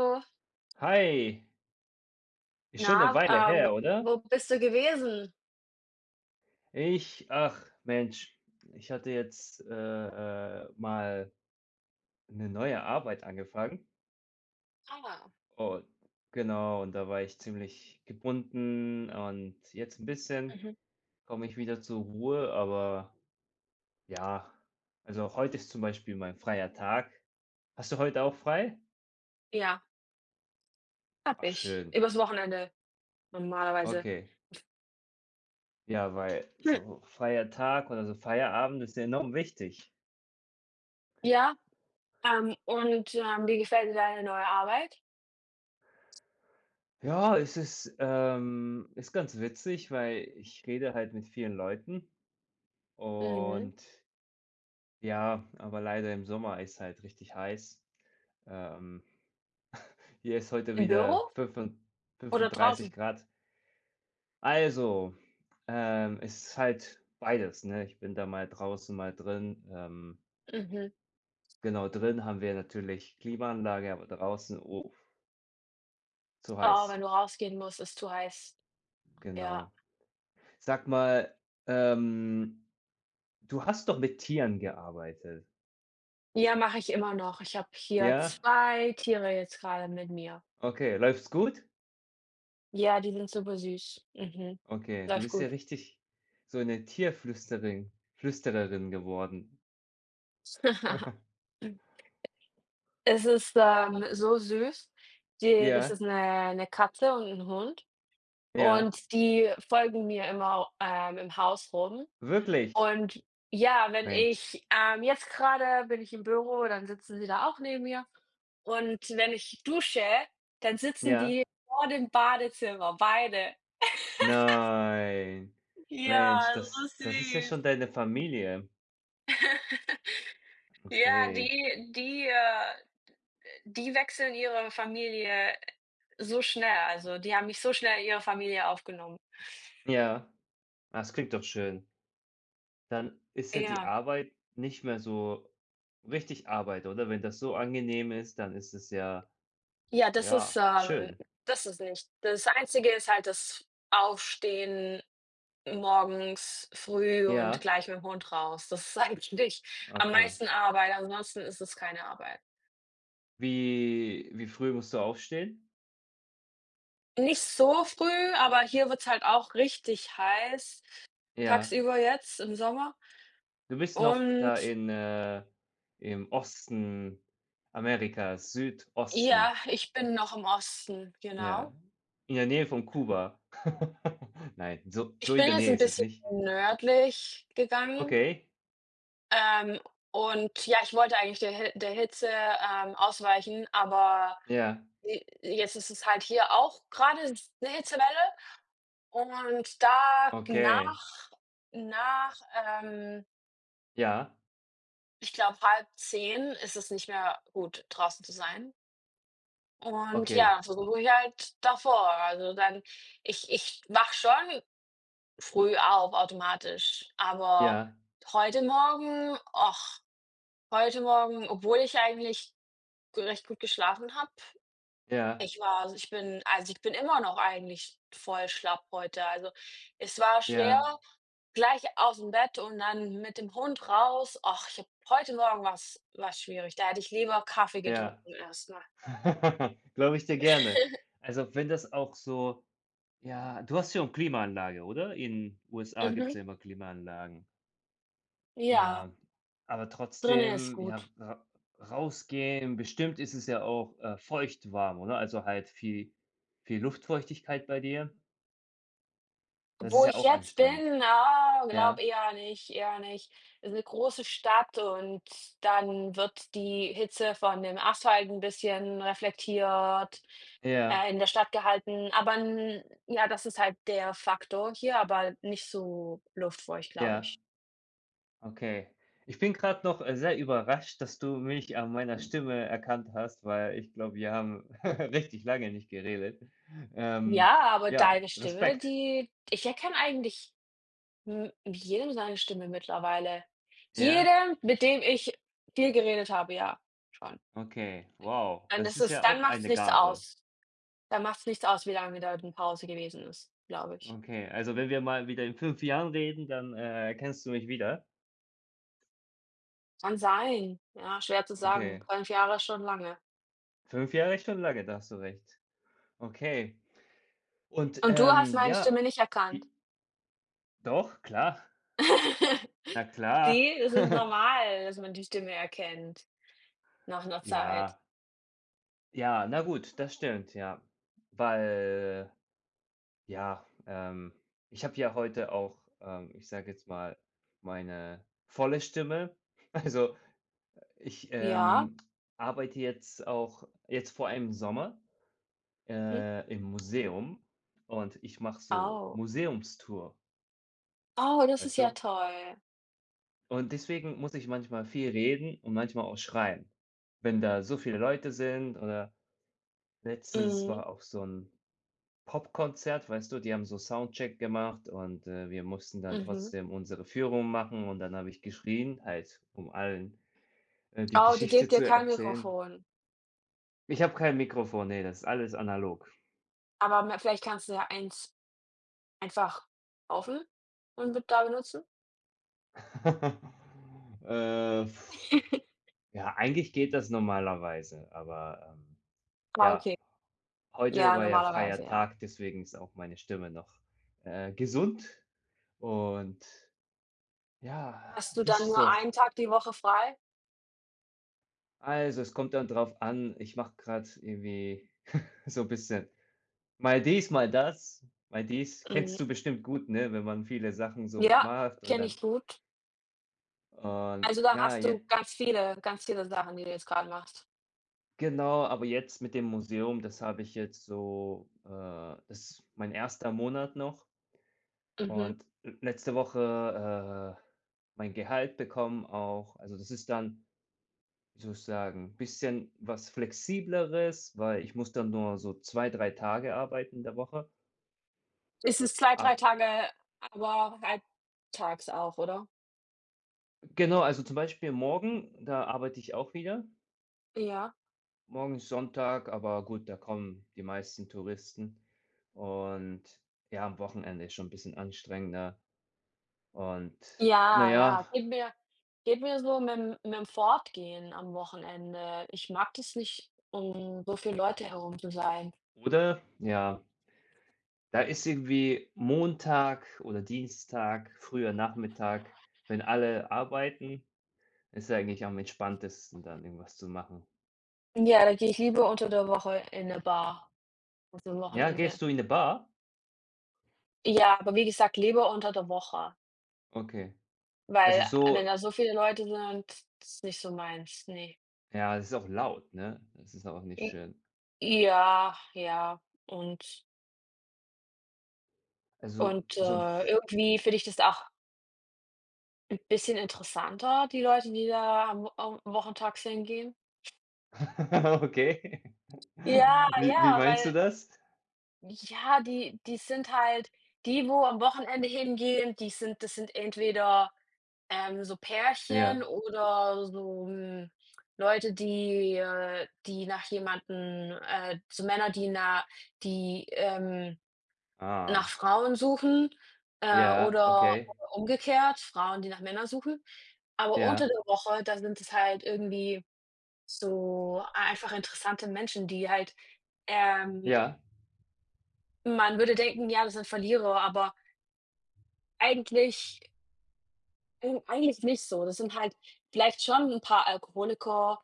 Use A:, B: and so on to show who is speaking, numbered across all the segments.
A: So,
B: Hi, ist schon eine
A: na,
B: Weile her, oder?
A: wo bist du gewesen?
B: Ich ach Mensch, ich hatte jetzt, mal eine neue Arbeit angefangen
A: Ah.
B: und genau, und da war ich ziemlich gebunden und jetzt ein bisschen
A: Mhm.
B: komme ich wieder zur Ruhe, aber ja, also, heute ist zum Beispiel mein freier Tag. Hast du heute auch frei?
A: Ja, hab
B: Ach
A: ich.
B: schön,
A: Übers Wochenende normalerweise.
B: okay. Ja, weil
A: Hm,
B: so freier Tag oder so Feierabend ist ja enorm wichtig.
A: ja, und, wie gefällt dir deine neue Arbeit?
B: Ja, es ist, ist ganz witzig, weil ich rede halt mit vielen Leuten
A: Mhm.
B: und ja, aber leider im Sommer ist halt richtig heiß. Ähm, hier ist heute
A: Im
B: wieder
A: Büro oder
B: 35
A: draußen?
B: Grad. Also, es ist halt beides, ne? Ich bin da mal draußen, mal drin.
A: Mhm.
B: Genau, drin haben wir natürlich Klimaanlage, aber draußen, oh, zu
A: Oh,
B: heiß.
A: wenn du rausgehen musst, ist zu heiß. Ja.
B: Genau. Sag mal, ähm du hast doch mit Tieren gearbeitet.
A: Ja, mache ich immer noch. Ich habe hier
B: Ja?
A: 2 Tiere jetzt gerade mit mir.
B: Okay. Läuft's gut?
A: Ja, die sind super süß. Mhm.
B: Okay, du
A: Läuft
B: bist ja
A: gut.
B: richtig so eine Tierflüsterin Flüstererin geworden.
A: Es ist, so süß. Die das
B: Ja,
A: ist eine 'ne Katze und ein Hund
B: ja.
A: und die folgen mir immer, im Haus rum.
B: Wirklich?
A: Und ja, wenn
B: Mensch.
A: ich, jetzt gerade bin ich im Büro, dann sitzen sie da auch neben mir. Und wenn ich dusche, dann sitzen
B: Ja.
A: die vor dem Badezimmer, beide.
B: Nein.
A: Ja,
B: Mensch,
A: so
B: das ist ja
A: süß.
B: schon deine Familie.
A: Ja,
B: Okay.
A: die wechseln ihre Familie so schnell. Also, die haben mich so schnell in ihre Familie aufgenommen.
B: Ja. Ah, das klingt doch schön. Dann ist ja die
A: Ja.
B: Arbeit nicht mehr so richtig Arbeit, oder? Wenn das so angenehm ist, dann ist es ja
A: Ja,
B: ja, schön.
A: das ist nicht das Einzige, ist halt das Aufstehen morgens früh und
B: Ja,
A: gleich mit dem Hund raus. Das ist eigentlich am
B: okay.
A: meisten Arbeit, ansonsten ist es keine Arbeit.
B: Wie früh musst du aufstehen?
A: Nicht so früh, aber hier wird's halt auch richtig heiß
B: Ja.
A: tagsüber jetzt im Sommer.
B: Du bist noch da
A: Und
B: in, im Osten Amerikas,
A: ja,
B: Südosten,
A: ich bin noch im Osten,
B: ja.
A: genau.
B: In der Nähe von Kuba. Nein, so so
A: Ich
B: in
A: bin
B: der
A: jetzt
B: Nähe
A: ein
B: ist es
A: bisschen
B: nicht.
A: nördlich gegangen.
B: Okay,
A: Ähm, und ja, ich wollte eigentlich der Hitze, ausweichen, aber
B: ja,
A: j jetzt ist es halt hier auch gerade eine Hitzewelle und
B: okay,
A: nach, ähm,
B: ja,
A: ich glaube, halb zehn ist es nicht mehr gut, draußen zu sein. Und
B: okay,
A: ja, so suche ich halt davor. Also, dann ich wach schon früh auf automatisch, aber
B: ja,
A: heute Morgen, ach heute Morgen, obwohl ich eigentlich recht gut geschlafen habe.
B: ja,
A: Ich war also, ich bin immer noch eigentlich voll schlapp heute. Also, es war schwer,
B: ja,
A: gleich aus dem Bett und dann mit dem Hund raus. Ach, ich habe heute Morgen was schwierig. Da hätte ich lieber Kaffee
B: ja.
A: getrunken erstmal.
B: Glaube ich dir gerne. Also, wenn das auch so. Ja, du hast ja auch Klimaanlage, oder? In USA gibt's
A: Mhm.
B: ja immer Klimaanlagen.
A: Ja,
B: Ja, aber
A: drinnen ist
B: trotzdem, ja,
A: gut.
B: ra rausgehen, bestimmt ist es ja auch, feucht warm, oder? Also halt viel viel Luftfeuchtigkeit bei dir. Das ist
A: Wo
B: ja
A: ich
B: auch
A: jetzt
B: anstrengend.
A: bin, glaube
B: Ja,
A: eher nicht, eher nicht. Ist eine große Stadt und dann wird die Hitze von dem Asphalt ein bisschen reflektiert.
B: ja,
A: In der Stadt gehalten, aber n ja, das ist halt der Faktor hier, aber nicht so Luftfeucht, glaube
B: ja,
A: ich.
B: okay. Ich bin gerade noch, sehr überrascht, dass du mich an meiner Stimme erkannt hast, weil ich glaube, wir haben richtig lange nicht geredet. Ähm,
A: Ja, aber
B: ja,
A: deine Stimme,
B: Respekt.
A: die ich erkenne eigentlich m jedem seine Stimme mittlerweile.
B: Ja.
A: Jedem, mit dem ich viel geredet habe, ja, schon.
B: Okay, wow, das ist ja
A: Dann
B: auch
A: macht es
B: eine
A: nichts
B: Gabe.
A: aus. Dann macht es nichts aus, wie lange da eine Pause gewesen ist, glaube ich.
B: Okay, also wenn wir mal wieder in 5 Jahren reden, dann, erkennst du mich wieder.
A: Kann sein, ja, schwer zu sagen.
B: Okay,
A: 5 Jahre ist schon lange.
B: 5 Jahre ist schon lange, da hast du recht. Okay. Und,
A: Und du hast meine
B: ja,
A: Stimme nicht erkannt?
B: wie doch, klar. Na klar.
A: Es ist normal, dass man die Stimme erkennt nach einer Zeit.
B: Ja, ja, na gut, das stimmt, ja. Weil, ja, ich habe ja heute auch, ich sage jetzt mal, meine volle Stimme. Also, ich,
A: Ja.
B: arbeite jetzt auch jetzt vor allem im Sommer,
A: Mhm.
B: im Museum und ich mache so
A: Oh.
B: Museumstour,
A: Oh, das ist
B: weißt
A: ja
B: du?
A: toll.
B: Und deswegen muss ich manchmal viel reden und manchmal auch schreien, wenn da so viele Leute sind oder letztens
A: Mhm.
B: war auch so ein Popkonzert, weißt du, die haben so Soundcheck gemacht und, wir mussten dann
A: Mhm.
B: trotzdem unsere Führung machen und dann habe ich geschrien, halt, um allen, die
A: Oh, die
B: Geschichte
A: gibt dir
B: zu
A: kein
B: erzählen.
A: Mikrofon.
B: Ich habe kein Mikrofon, nee, das ist alles analog.
A: Aber me vielleicht kannst du ja eins einfach kaufen und mit da benutzen?
B: Pf, ja, eigentlich geht das normalerweise, aber,
A: Ah,
B: ja,
A: okay.
B: heute
A: Ja,
B: war ja
A: normalerweise,
B: freier
A: ja.
B: Tag, deswegen ist auch meine Stimme noch, gesund und ja,
A: Hast du dann
B: wisst
A: nur
B: doch.
A: einen Tag die Woche frei?
B: Also, es kommt dann drauf an, ich mache gerade irgendwie so ein bisschen mal dies, mal das, mal dies. Kennst
A: Mhm.
B: du bestimmt gut, ne, wenn man viele Sachen so
A: Ja,
B: macht und
A: kenne
B: dann
A: ich gut.
B: und,
A: Also, da
B: ja,
A: hast du
B: jetzt.
A: ganz viele Sachen, die du jetzt grad machst.
B: Genau, aber jetzt mit dem Museum, das habe ich jetzt so, das ist mein erster Monat noch
A: Mhm.
B: und l letzte Woche, mein Gehalt bekommen auch. Also, das ist dann, wie soll ich sagen, ein bisschen was Flexibleres, weil ich muss dann nur so 2 3 Tage arbeiten in der Woche.
A: Es ist 2, 3
B: Ah,
A: Tage, aber halt tags auch, oder?
B: genau, also zum Beispiel morgen, da arbeite ich auch wieder.
A: Ja.
B: Morgen ist Sonntag, aber gut, da kommen die meisten Touristen und ja, am Wochenende ist schon 'n bisschen anstrengender. Und na
A: Ja,
B: ja
A: ja. Geht mir so mit'm Fortgehen am Wochenende. Ich mag das nicht, um so viele Leute herum zu sein.
B: oder ja, da ist irgendwie Montag oder Dienstag, früher Nachmittag, wenn alle arbeiten, ist eigentlich am entspanntesten, dann irgendwas zu machen.
A: Ja, da gehe ich lieber unter der Woche in 'ne Bar als am
B: Ja,
A: Wochenende.
B: gehst du in eine Bar?
A: Ja, aber wie gesagt, lieber unter der Woche,
B: Okay. Also
A: weil, wenn
B: so
A: da so viele Leute sind, ist nicht so meins, ne.
B: ja, das ist auch laut, ne? Das ist auch nicht
A: J
B: schön.
A: Ja, ja. Und
B: Also so 'n F
A: irgendwie finde ich das auch 'n bisschen interessanter, die Leute, die da am wochentags hingehen.
B: okay.
A: Ja,
B: Wie
A: ja,
B: meinst du das?
A: Die sind halt die, wo am Wochenende hingehen, die sind das sind entweder, so Pärchen
B: Ja.
A: oder so, Leute, die, die nach jemanden, so Männer, die die, ähm, nach
B: Ah.
A: Frauen suchen,
B: Ja,
A: oder
B: okay.
A: umgekehrt, Frauen, die nach Männern suchen. Aber unter
B: Ja.
A: der Woche, da sind es halt irgendwie so einfach interessante Menschen, die halt, ähm
B: Ja.
A: man würde denken, ja, das sind Verlierer, aber eigentlich eigentlich nicht so. Das sind halt vielleicht schon ein paar Alkoholiker,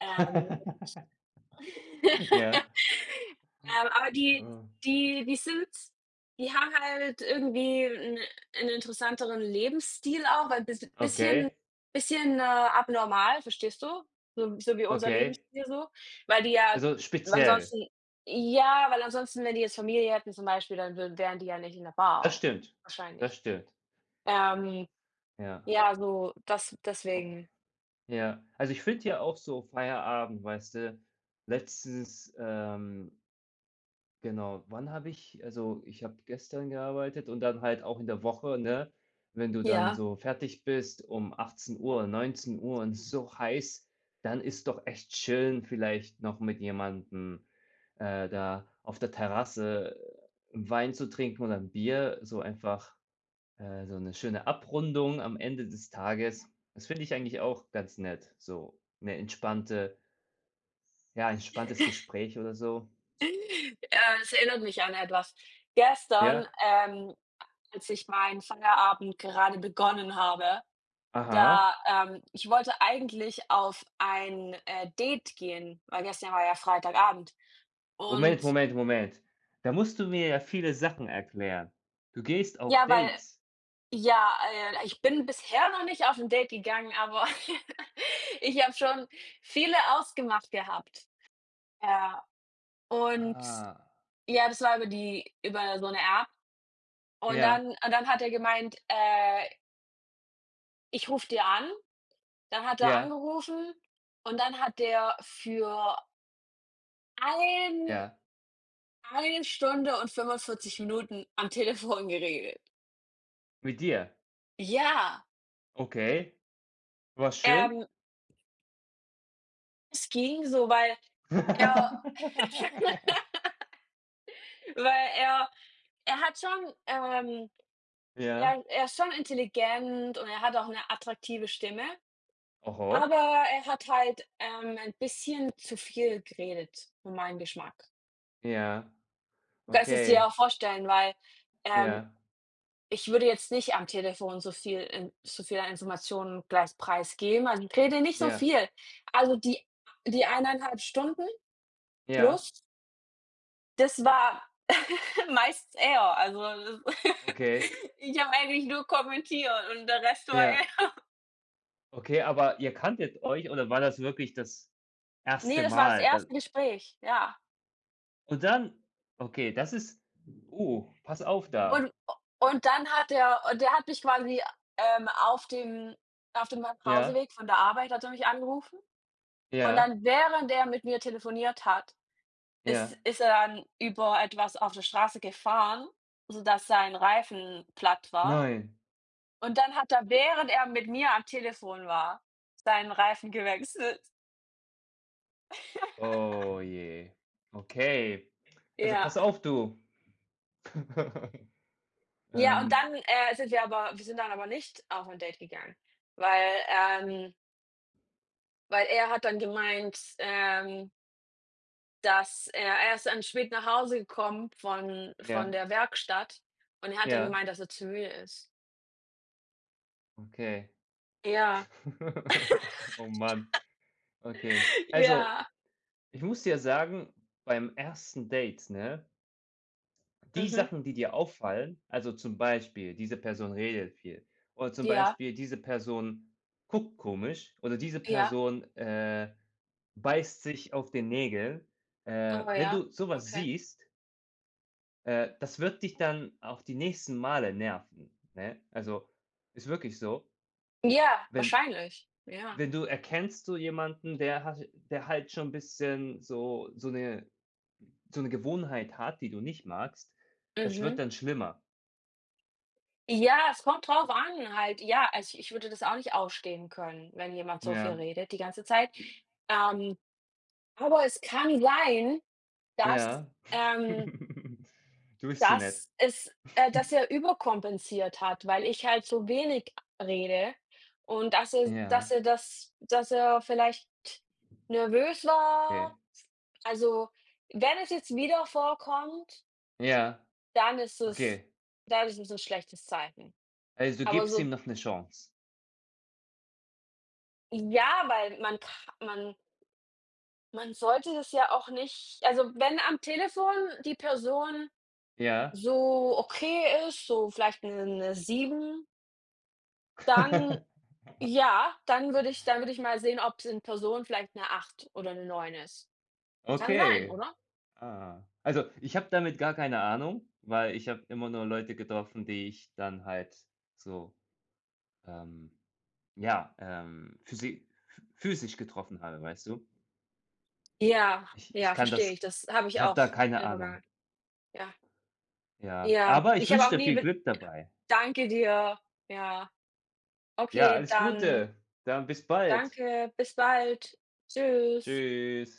A: und
B: Ja.
A: Aber
B: Ah,
A: die die sind die haben halt irgendwie einen 'n interessanteren Lebensstil auch, weil
B: okay,
A: bisschen, abnormal, verstehst du? So so wie unser
B: okay.
A: Lebensstil so, weil die ja
B: Also, speziell.
A: ansonsten ja, weil ansonsten, wenn die jetzt Familie hätten zum Beispiel, dann würden wären die ja nicht in der
B: Das
A: Bar,
B: stimmt. Das
A: wahrscheinlich.
B: stimmt.
A: Ähm,
B: Ja.
A: ja, so das
B: Oh.
A: deswegen,
B: Ja. Also, ich finde ja auch so Feierabend, weißt du letztens, genau. Wann habe ich also, ich habe gestern gearbeitet und dann halt auch in der Woche, ne? Wenn du dann
A: ja.
B: so fertig bist um 18:00 Uhr und so heiß, dann ist doch echt chillen vielleicht noch mit jemandem, da auf der Terrasse 'n Wein zu trinken oder 'n Bier, so einfach, so eine schöne Abrundung am Ende des Tages. Das finde ich eigentlich auch ganz nett, so eine entspannte ja, entspanntes Gespräch oder so.
A: Es erinnert mich an etwas. Gestern,
B: Ja,
A: ähm Als ich meinen Feierabend gerade begonnen habe,
B: aha.
A: da ich wollte eigentlich auf ein, Date gehen, weil gestern war ja Freitagabend. Und
B: Moment, Moment, Moment. Da musst du mir ja viele Sachen erklären. Du gehst auf
A: ja,
B: Dates.
A: ich bin bisher noch nicht auf ein Date gegangen, aber ich habe schon viele ausgemacht gehabt. Ja, und
B: Ah.
A: ja, das war über so eine App.
B: Ja,
A: Und dann hat er gemeint: „Ich rufe dir an.“ Dann hat er
B: ja,
A: angerufen und dann hat der für Ein
B: ja.
A: eine Stunde und 45 Minuten am Telefon geredet.
B: Mit dir.
A: Ja,
B: Okay. War schön?
A: ähm, es ging so, weil er weil er er hat schon,
B: Ja.
A: er ist schon intelligent und er hat auch eine attraktive Stimme,
B: Oho.
A: aber er hat halt, ein bisschen zu viel geredet für meinen Geschmack.
B: Ja.
A: Du kannst es dir
B: Okay.
A: auch vorstellen, ähm,
B: Ja.
A: ich würde jetzt nicht am Telefon so viel an Informationen gleich preisgeben. Also, ich rede nicht so
B: Ja.
A: viel. Also, die 1,5 Stunden
B: Ja.
A: plus, das war meist er. Also, das
B: Okay.
A: Ich habe eigentlich nur kommentiert und der Rest war
B: Ja.
A: er.
B: Okay, aber ihr kanntet euch oder war das wirklich das
A: Ne,
B: erste
A: das war das
B: Mal? Da
A: erste Gespräch, ja.
B: und dann okay, das ist pass auf da.
A: Und und der hat mich quasi, ähm, auf dem auf dem
B: Ja.
A: Nachhauseweg von der Arbeit hat er mich angerufen. Und
B: Ja.
A: dann, während er mit mir telefoniert hat, Ist
B: Ja.
A: ist er dann über etwas auf der Straße gefahren, sodass sein Reifen platt war.
B: Nein.
A: Und dann hat er, während er mit mir am Telefon war, seinen Reifen gewechselt.
B: Oh je. Okay. Also,
A: Ja.
B: pass auf, du.
A: Ja, und
B: Ähm,
A: dann, sind wir aber wir sind dann aber nicht auf ein Date gegangen, weil, ähm weil er hat dann gemeint, dass er ist dann spät nach Hause gekommen von
B: ja,
A: der Werkstatt und er hat dann
B: ja,
A: gemeint, dass er zu müde ist.
B: okay.
A: Ja,
B: Oh Mann, okay. Also,
A: ja.
B: ich muss dir sagen, beim ersten Date, ne, die
A: Mhm.
B: Sachen, die dir auffallen, also zum Beispiel, diese Person redet viel oder zum
A: Ja,
B: Beispiel, diese Person guckt komisch oder diese
A: ja.
B: Person, beißt sich auf den Nägel.
A: Oh
B: Wenn
A: ja,
B: du sowas
A: okay.
B: siehst. Das wird dich dann auch die nächsten Male nerven, ne? Also, ist wirklich so.
A: Ja,
B: Wenn
A: wahrscheinlich. Ja.
B: wenn du erkennst so jemanden, der hat, der halt schon ein bisschen so so eine Gewohnheit hat, die du nicht magst, das wird
A: Mhm.
B: dann schlimmer.
A: Ja, es kommt drauf an halt. Ja, also ich würde das auch nicht ausstehen können, wenn jemand so viel
B: Ja.
A: redet die ganze Zeit.
B: I
A: Ähm, aber es kann sein, dass,
B: ja.
A: ähm
B: Du bist zu nett.
A: dass er überkompensiert hat, weil ich halt so wenig rede und
B: Ja,
A: dass er vielleicht nervös war.
B: okay.
A: Also, wenn es jetzt wieder vorkommt,
B: Ja,
A: Dann ist es
B: okay.
A: dann ist es ein schlechtes Zeichen.
B: Also, du
A: Aber
B: gibst ihm
A: so
B: noch eine Chance?
A: ja, weil man ka man man sollte das ja auch nicht, also, wenn am Telefon die Person
B: Ja.
A: so okay ist, so vielleicht eine 'ne 7, dann ja, dann würde ich mal sehen, ob's in Person vielleicht eine 8 oder eine 9 ist. Kann sein,
B: Okay.
A: oder?
B: Ah. Also, ich habe damit gar keine Ahnung, weil ich habe immer nur Leute getroffen, die ich dann halt so, ähm, ja, physisch getroffen habe, weißt du?
A: Ja,
B: Ich
A: ja,
B: kann
A: verstehe ich.
B: das
A: Das habe
B: ich
A: ich
B: habe
A: auch
B: da
A: in
B: keine
A: der
B: Ahnung,
A: Vergangenheit. Ja,
B: ja.
A: ja.
B: Aber ich
A: Ich habe
B: wünsche
A: auch
B: dir
A: nie
B: viel
A: be
B: Glück dabei.
A: „Danke dir.“ Ja,
B: Ja,
A: okay,
B: alles
A: dann
B: Gute, dann bis bald.
A: Danke, bis bald. Tschüss.
B: Tschüss.